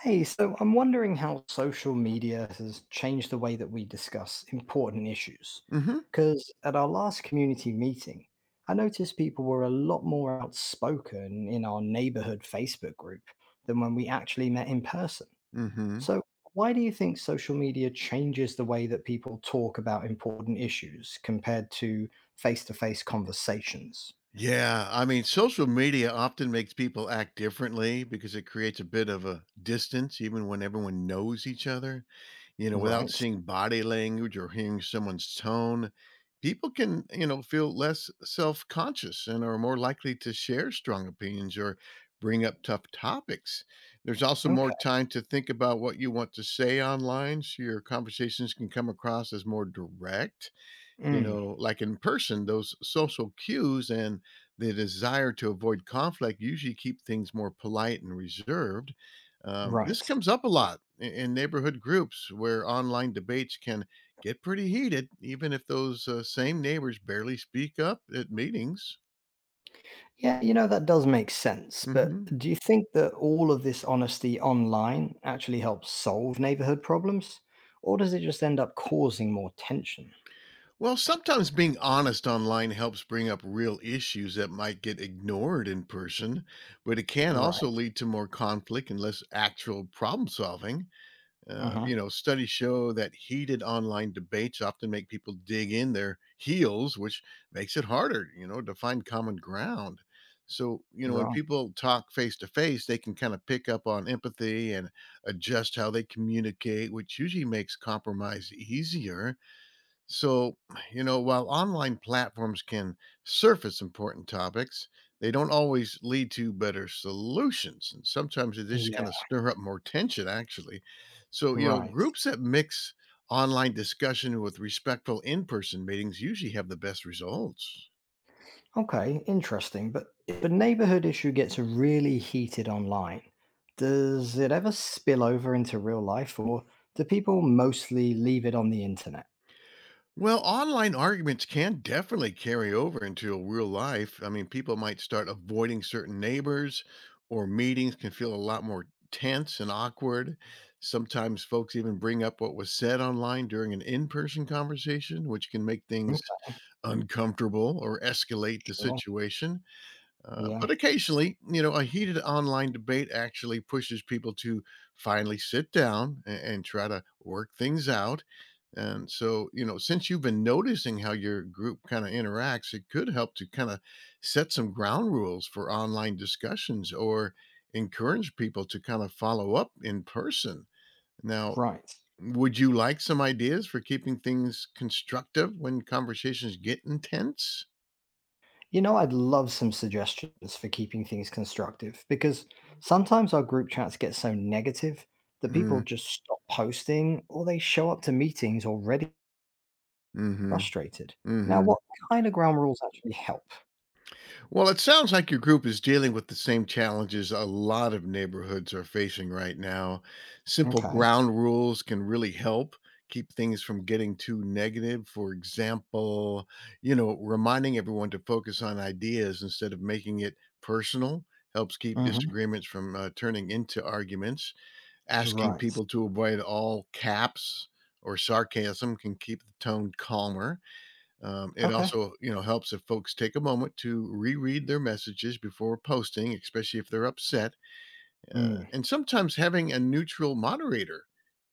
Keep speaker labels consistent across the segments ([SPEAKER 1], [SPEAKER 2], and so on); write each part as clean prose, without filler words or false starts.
[SPEAKER 1] Hey, so I'm wondering how social media has changed the way that we discuss important issues.
[SPEAKER 2] Mhm.
[SPEAKER 1] Because at our last community meeting, I noticed people were a lot more outspoken in our neighborhood Facebook group than when we actually met in person.
[SPEAKER 2] Mhm.
[SPEAKER 1] So, why do you think social media changes the way that people talk about important issues compared to face conversations?
[SPEAKER 2] Yeah, I mean, social media often makes people act differently because it creates a bit of a distance, even when everyone knows each other. Without
[SPEAKER 1] Right.
[SPEAKER 2] seeing body language or hearing someone's tone, people can, feel less self conscious and are more likely to share strong opinions or bring up tough topics. There's also more
[SPEAKER 1] Okay.
[SPEAKER 2] time to think about what you want to say online so your conversations can come across as more direct.
[SPEAKER 1] Mm,
[SPEAKER 2] Like in person, those social cues and the desire to avoid conflict usually keep things more polite and reserved. This
[SPEAKER 1] right.
[SPEAKER 2] comes up a lot in neighborhood groups where online debates can get pretty heated, even if those same neighbors barely speak up at meetings.
[SPEAKER 1] Yeah, you know, that does make sense. But
[SPEAKER 2] hmm
[SPEAKER 1] do you think that all of this honesty online actually helps solve neighborhood problems? Or does it just end up causing more tension?
[SPEAKER 2] Well, sometimes being honest online helps bring up real issues that might get ignored in person, but it can also
[SPEAKER 1] Right.
[SPEAKER 2] lead to more conflict and less actual problem solving.
[SPEAKER 1] Uh huh.
[SPEAKER 2] Studies show that heated online debates often make people dig in their heels, which makes it harder, to find common ground. So, when
[SPEAKER 1] Right.
[SPEAKER 2] people talk face to face, they can kind of pick up on empathy and adjust how they communicate, which usually makes compromise easier. So, while online platforms can surface important topics, they don't always lead to better solutions. And sometimes they just
[SPEAKER 1] Yeah.
[SPEAKER 2] kind of stir up more tension, actually. So,
[SPEAKER 1] Right.
[SPEAKER 2] groups that mix online discussion with respectful in person meetings usually have the best results.
[SPEAKER 1] Okay. Interesting. But if a neighborhood issue gets really heated online, does it ever spill over into real life or do people mostly leave it on the internet?
[SPEAKER 2] Well, online arguments can definitely carry over into real life. I mean, people might start avoiding certain neighbors, or meetings can feel a lot more tense and awkward. Sometimes folks even bring up what was said online during an in person conversation, which can make things
[SPEAKER 1] Okay.
[SPEAKER 2] uncomfortable or escalate the
[SPEAKER 1] Well,
[SPEAKER 2] situation.
[SPEAKER 1] yeah.
[SPEAKER 2] But occasionally, a heated online debate actually pushes people to finally sit down and try to work things out. And so, since you've been noticing how your group kind of interacts, it could help to kind of set some ground rules for online discussions or encourage people to kind of follow up in person. Now,
[SPEAKER 1] Right.
[SPEAKER 2] would you like some ideas for keeping things constructive when conversations get intense?
[SPEAKER 1] You know, I'd love some suggestions for keeping things constructive because sometimes our group chats get so negative that people
[SPEAKER 2] Mm,
[SPEAKER 1] just stop posting or they show up to meetings already
[SPEAKER 2] mm-hmm.
[SPEAKER 1] frustrated. Now,
[SPEAKER 2] Mm-hmm.
[SPEAKER 1] what kind of ground rules actually help?
[SPEAKER 2] Well, it sounds like your group is dealing with the same challenges a lot of neighborhoods are facing right now. Simple
[SPEAKER 1] Okay.
[SPEAKER 2] ground rules can really help keep things from getting too negative. For example, reminding everyone to focus on ideas instead of making it personal helps keep
[SPEAKER 1] Hmm.
[SPEAKER 2] disagreements from turning into arguments. Asking
[SPEAKER 1] Right.
[SPEAKER 2] people to avoid all caps or sarcasm can keep the tone calmer. It
[SPEAKER 1] Okay.
[SPEAKER 2] also, helps if folks take a moment to reread their messages before posting, especially if they're upset.
[SPEAKER 1] Mm.
[SPEAKER 2] And sometimes having a neutral moderator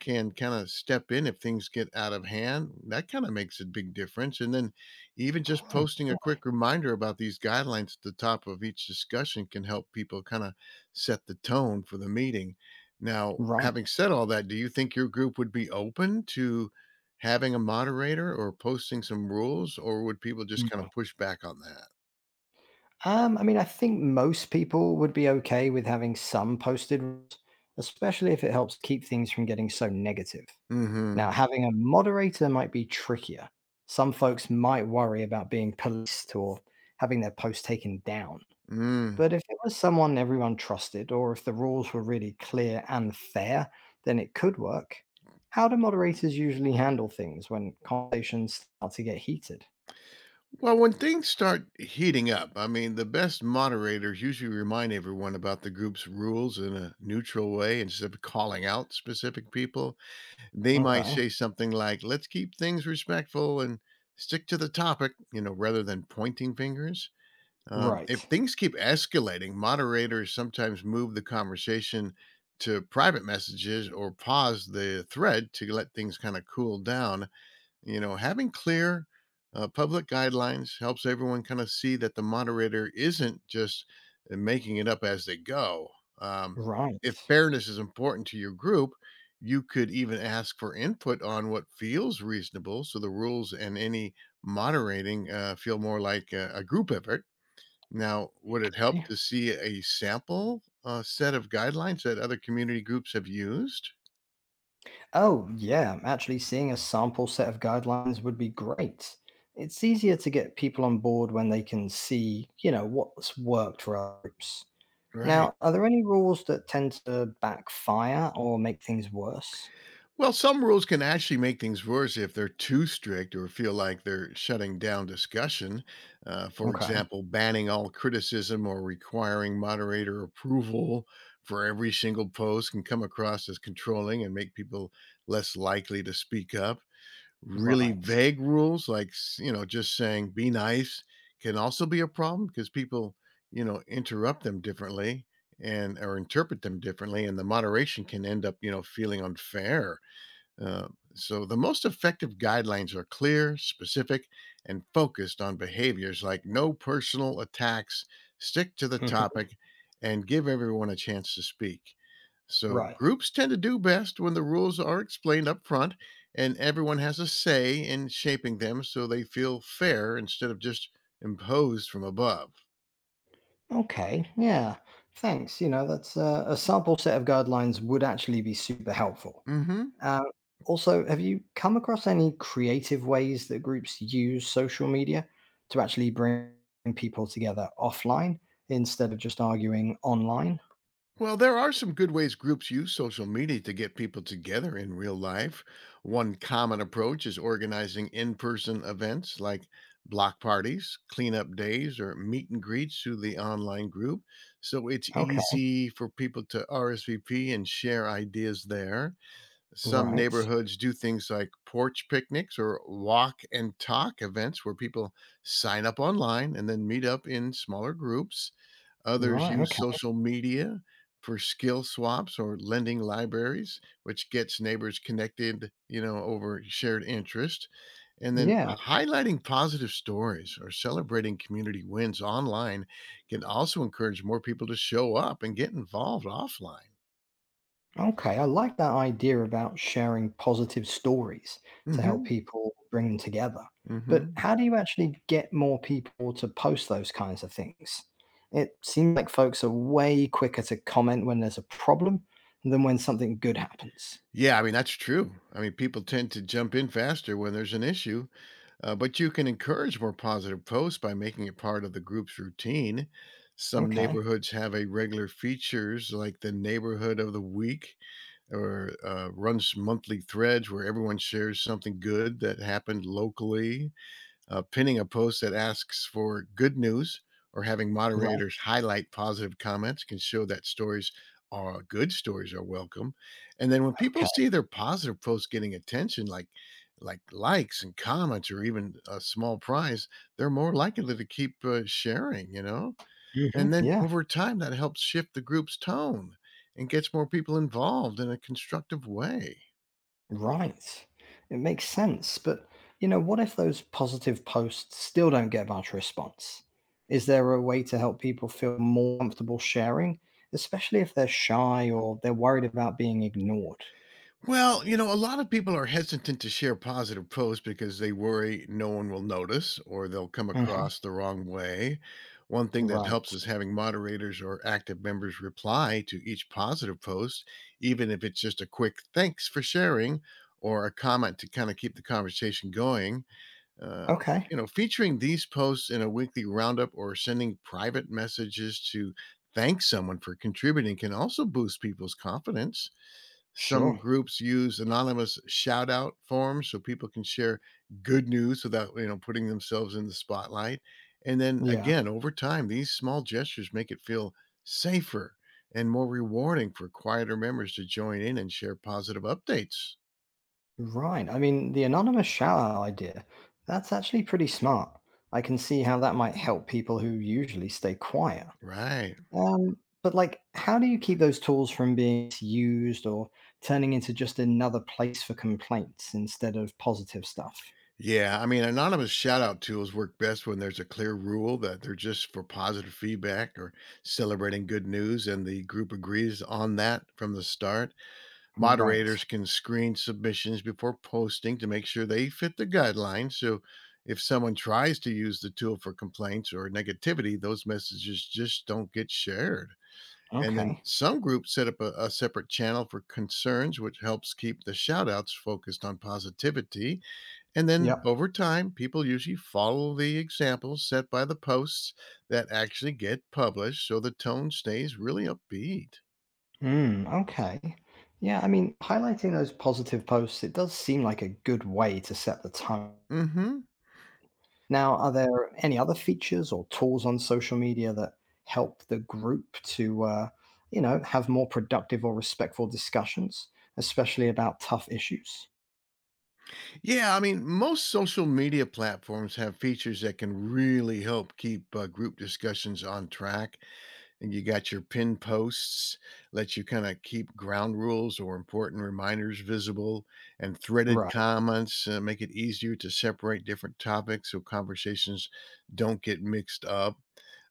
[SPEAKER 2] can kind of step in if things get out of hand. That kind of makes a big difference. And then even just
[SPEAKER 1] Oh,
[SPEAKER 2] posting a
[SPEAKER 1] sure.
[SPEAKER 2] quick reminder about these guidelines at the top of each discussion can help people kind of set the tone for the meeting. Now,
[SPEAKER 1] Right.
[SPEAKER 2] having said all that, do you think your group would be open to having a moderator or posting some rules, or would people just
[SPEAKER 1] Mm.
[SPEAKER 2] kind of push back on that?
[SPEAKER 1] I mean, I think most people would be okay with having some posted rules, especially if it helps keep things from getting so negative.
[SPEAKER 2] Mm-hmm.
[SPEAKER 1] Now, having a moderator might be trickier. Some folks might worry about being policed or having their post taken down.
[SPEAKER 2] Mm.
[SPEAKER 1] But if it was someone everyone trusted, or if the rules were really clear and fair, then it could work. How do moderators usually handle things when conversations start to get heated?
[SPEAKER 2] Well, when things start heating up, I mean, the best moderators usually remind everyone about the group's rules in a neutral way instead of calling out specific people. They might
[SPEAKER 1] Okay.
[SPEAKER 2] say something like, let's keep things respectful and stick to the topic, rather than pointing fingers. If
[SPEAKER 1] Right.
[SPEAKER 2] things keep escalating, moderators sometimes move the conversation to private messages or pause the thread to let things kind of cool down. Having clear public guidelines helps everyone kind of see that the moderator isn't just making it up as they go. Um, if
[SPEAKER 1] Right.
[SPEAKER 2] fairness is important to your group, you could even ask for input on what feels reasonable so the rules and any moderating feel more like a group effort. Now, would it help to see a sample set of guidelines that other community groups have used?
[SPEAKER 1] Oh, yeah, actually seeing a sample set of guidelines would be great. It's easier to get people on board when they can see, you know, what's worked for our groups.
[SPEAKER 2] Right.
[SPEAKER 1] Now, are there any rules that tend to backfire or make things worse?
[SPEAKER 2] Well, some rules can actually make things worse if they're too strict or feel like they're shutting down discussion. For
[SPEAKER 1] Okay,
[SPEAKER 2] example, banning all criticism or requiring moderator approval for every single post can come across as controlling and make people less likely to speak up. Really
[SPEAKER 1] right.
[SPEAKER 2] vague rules, like you know, just saying "be nice," can also be a problem because people, interrupt them differently and or interpret them differently, and the moderation can end up, feeling unfair. uh, the most effective guidelines are clear, specific, and focused on behaviors like no personal attacks, stick to the
[SPEAKER 1] Mhm,
[SPEAKER 2] topic, and give everyone a chance to speak. So,
[SPEAKER 1] right.
[SPEAKER 2] groups tend to do best when the rules are explained up front and everyone has a say in shaping them so they feel fair instead of just imposed from above.
[SPEAKER 1] Okay, yeah. Thanks. You know, that's a sample set of guidelines would actually be super helpful.
[SPEAKER 2] hmm.
[SPEAKER 1] Uh, also, have you come across any creative ways that groups use social media to actually bring people together offline instead of just arguing online?
[SPEAKER 2] Well, there are some good ways groups use social media to get people together in real life. One common approach is organizing in person events like block parties, cleanup days, or meet and greets through the online group. So it's
[SPEAKER 1] Okay.
[SPEAKER 2] easy for people to RSVP and share ideas there. Some
[SPEAKER 1] Right.
[SPEAKER 2] neighborhoods do things like porch picnics or walk and talk events where people sign up online and then meet up in smaller groups. Others
[SPEAKER 1] Right.
[SPEAKER 2] use
[SPEAKER 1] Okay.
[SPEAKER 2] social media for skill swaps or lending libraries, which gets neighbors connected, over shared interest. And then
[SPEAKER 1] Yeah.
[SPEAKER 2] highlighting positive stories or celebrating community wins online can also encourage more people to show up and get involved offline.
[SPEAKER 1] Okay, I like that idea about sharing positive stories to help
[SPEAKER 2] Mhm.
[SPEAKER 1] people bring them together. But
[SPEAKER 2] Mhm.
[SPEAKER 1] how do you actually get more people to post those kinds of things? It seems like folks are way quicker to comment when there's a problem than when something good happens.
[SPEAKER 2] Yeah, I mean that's true. I mean people tend to jump in faster when there's an issue. But you can encourage more positive posts by making it part of the group's routine. Some
[SPEAKER 1] Okay,
[SPEAKER 2] neighborhoods have a regular features like the neighborhood of the week or runs monthly threads where everyone shares something good that happened locally. Pinning a post that asks for good news or having
[SPEAKER 1] right.
[SPEAKER 2] moderators highlight positive comments can show that stories are good stories are welcome. And then when people
[SPEAKER 1] Okay.
[SPEAKER 2] see their positive posts getting attention, like likes and comments or even a small prize, they're more likely to keep sharing.
[SPEAKER 1] Hmm.
[SPEAKER 2] And then
[SPEAKER 1] Yeah.
[SPEAKER 2] over time that helps shift the group's tone and gets more people involved in a constructive way.
[SPEAKER 1] Right. It makes sense. But, you know, what if those positive posts still don't get much response? Is there a way to help people feel more comfortable sharing, especially if they're shy or they're worried about being ignored?
[SPEAKER 2] Well, a lot of people are hesitant to share positive posts because they worry no one will notice or they'll come
[SPEAKER 1] Hmm.
[SPEAKER 2] across the wrong way. One thing that helps
[SPEAKER 1] Right.
[SPEAKER 2] is having moderators or active members reply to each positive post, even if it's just a quick thanks for sharing or a comment to kind of keep the conversation going. Uh,
[SPEAKER 1] Okay.
[SPEAKER 2] Featuring these posts in a weekly roundup or sending private messages to thank someone for contributing can also boost people's confidence. Some
[SPEAKER 1] Sure.
[SPEAKER 2] groups use anonymous shout out forms so people can share good news without, putting themselves in the spotlight. And then
[SPEAKER 1] Yeah.
[SPEAKER 2] again, over time, these small gestures make it feel safer and more rewarding for quieter members to join in and share positive updates.
[SPEAKER 1] Right. I mean, the anonymous shout out idea, that's actually pretty smart. I can see how that might help people who usually stay quiet.
[SPEAKER 2] Right.
[SPEAKER 1] But like, how do you keep those tools from being used or turning into just another place for complaints instead of positive stuff?
[SPEAKER 2] Yeah. I mean, anonymous shout out tools work best when there's a clear rule that they're just for positive feedback or celebrating good news, and the group agrees on that from the start. Moderators
[SPEAKER 1] Right.
[SPEAKER 2] can screen submissions before posting to make sure they fit the guidelines. So if someone tries to use the tool for complaints or negativity, those messages just don't get shared. And then
[SPEAKER 1] Okay.
[SPEAKER 2] some groups set up a separate channel for concerns, which helps keep the shout outs focused on positivity. And then
[SPEAKER 1] Yep.
[SPEAKER 2] over time, people usually follow the examples set by the posts that actually get published. So the tone stays really upbeat.
[SPEAKER 1] Hmm. Okay. Yeah. I mean, highlighting those positive posts, it does seem like a good way to set the tone.
[SPEAKER 2] Mm hmm.
[SPEAKER 1] Now, are there any other features or tools on social media that help the group to, you know, have more productive or respectful discussions, especially about tough issues?
[SPEAKER 2] Yeah, I mean, most social media platforms have features that can really help keep group discussions on track. And you got your pinned posts, let you kind of keep ground rules or important reminders visible, and threaded
[SPEAKER 1] Right.
[SPEAKER 2] comments make it easier to separate different topics so conversations don't get mixed up.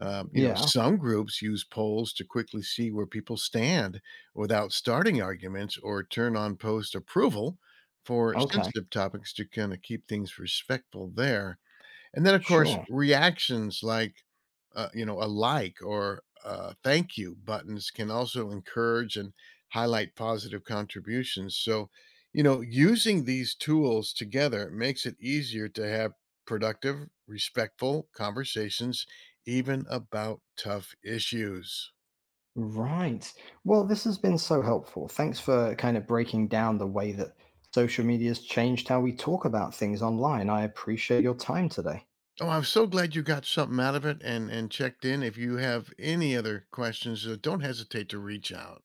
[SPEAKER 1] Yeah.
[SPEAKER 2] Some groups use polls to quickly see where people stand without starting arguments or turn on post approval for
[SPEAKER 1] Okay,
[SPEAKER 2] sensitive topics to kind of keep things respectful there. And then, of course,
[SPEAKER 1] sure.
[SPEAKER 2] reactions like, a like or thank you buttons can also encourage and highlight positive contributions. So, using these tools together makes it easier to have productive, respectful conversations, even about tough issues.
[SPEAKER 1] Right. Well, this has been so helpful. Thanks for kind of breaking down the way that social media has changed how we talk about things online. I appreciate your time today.
[SPEAKER 2] Oh, I'm so glad you got something out of it and checked in. If you have any other questions, don't hesitate to reach out.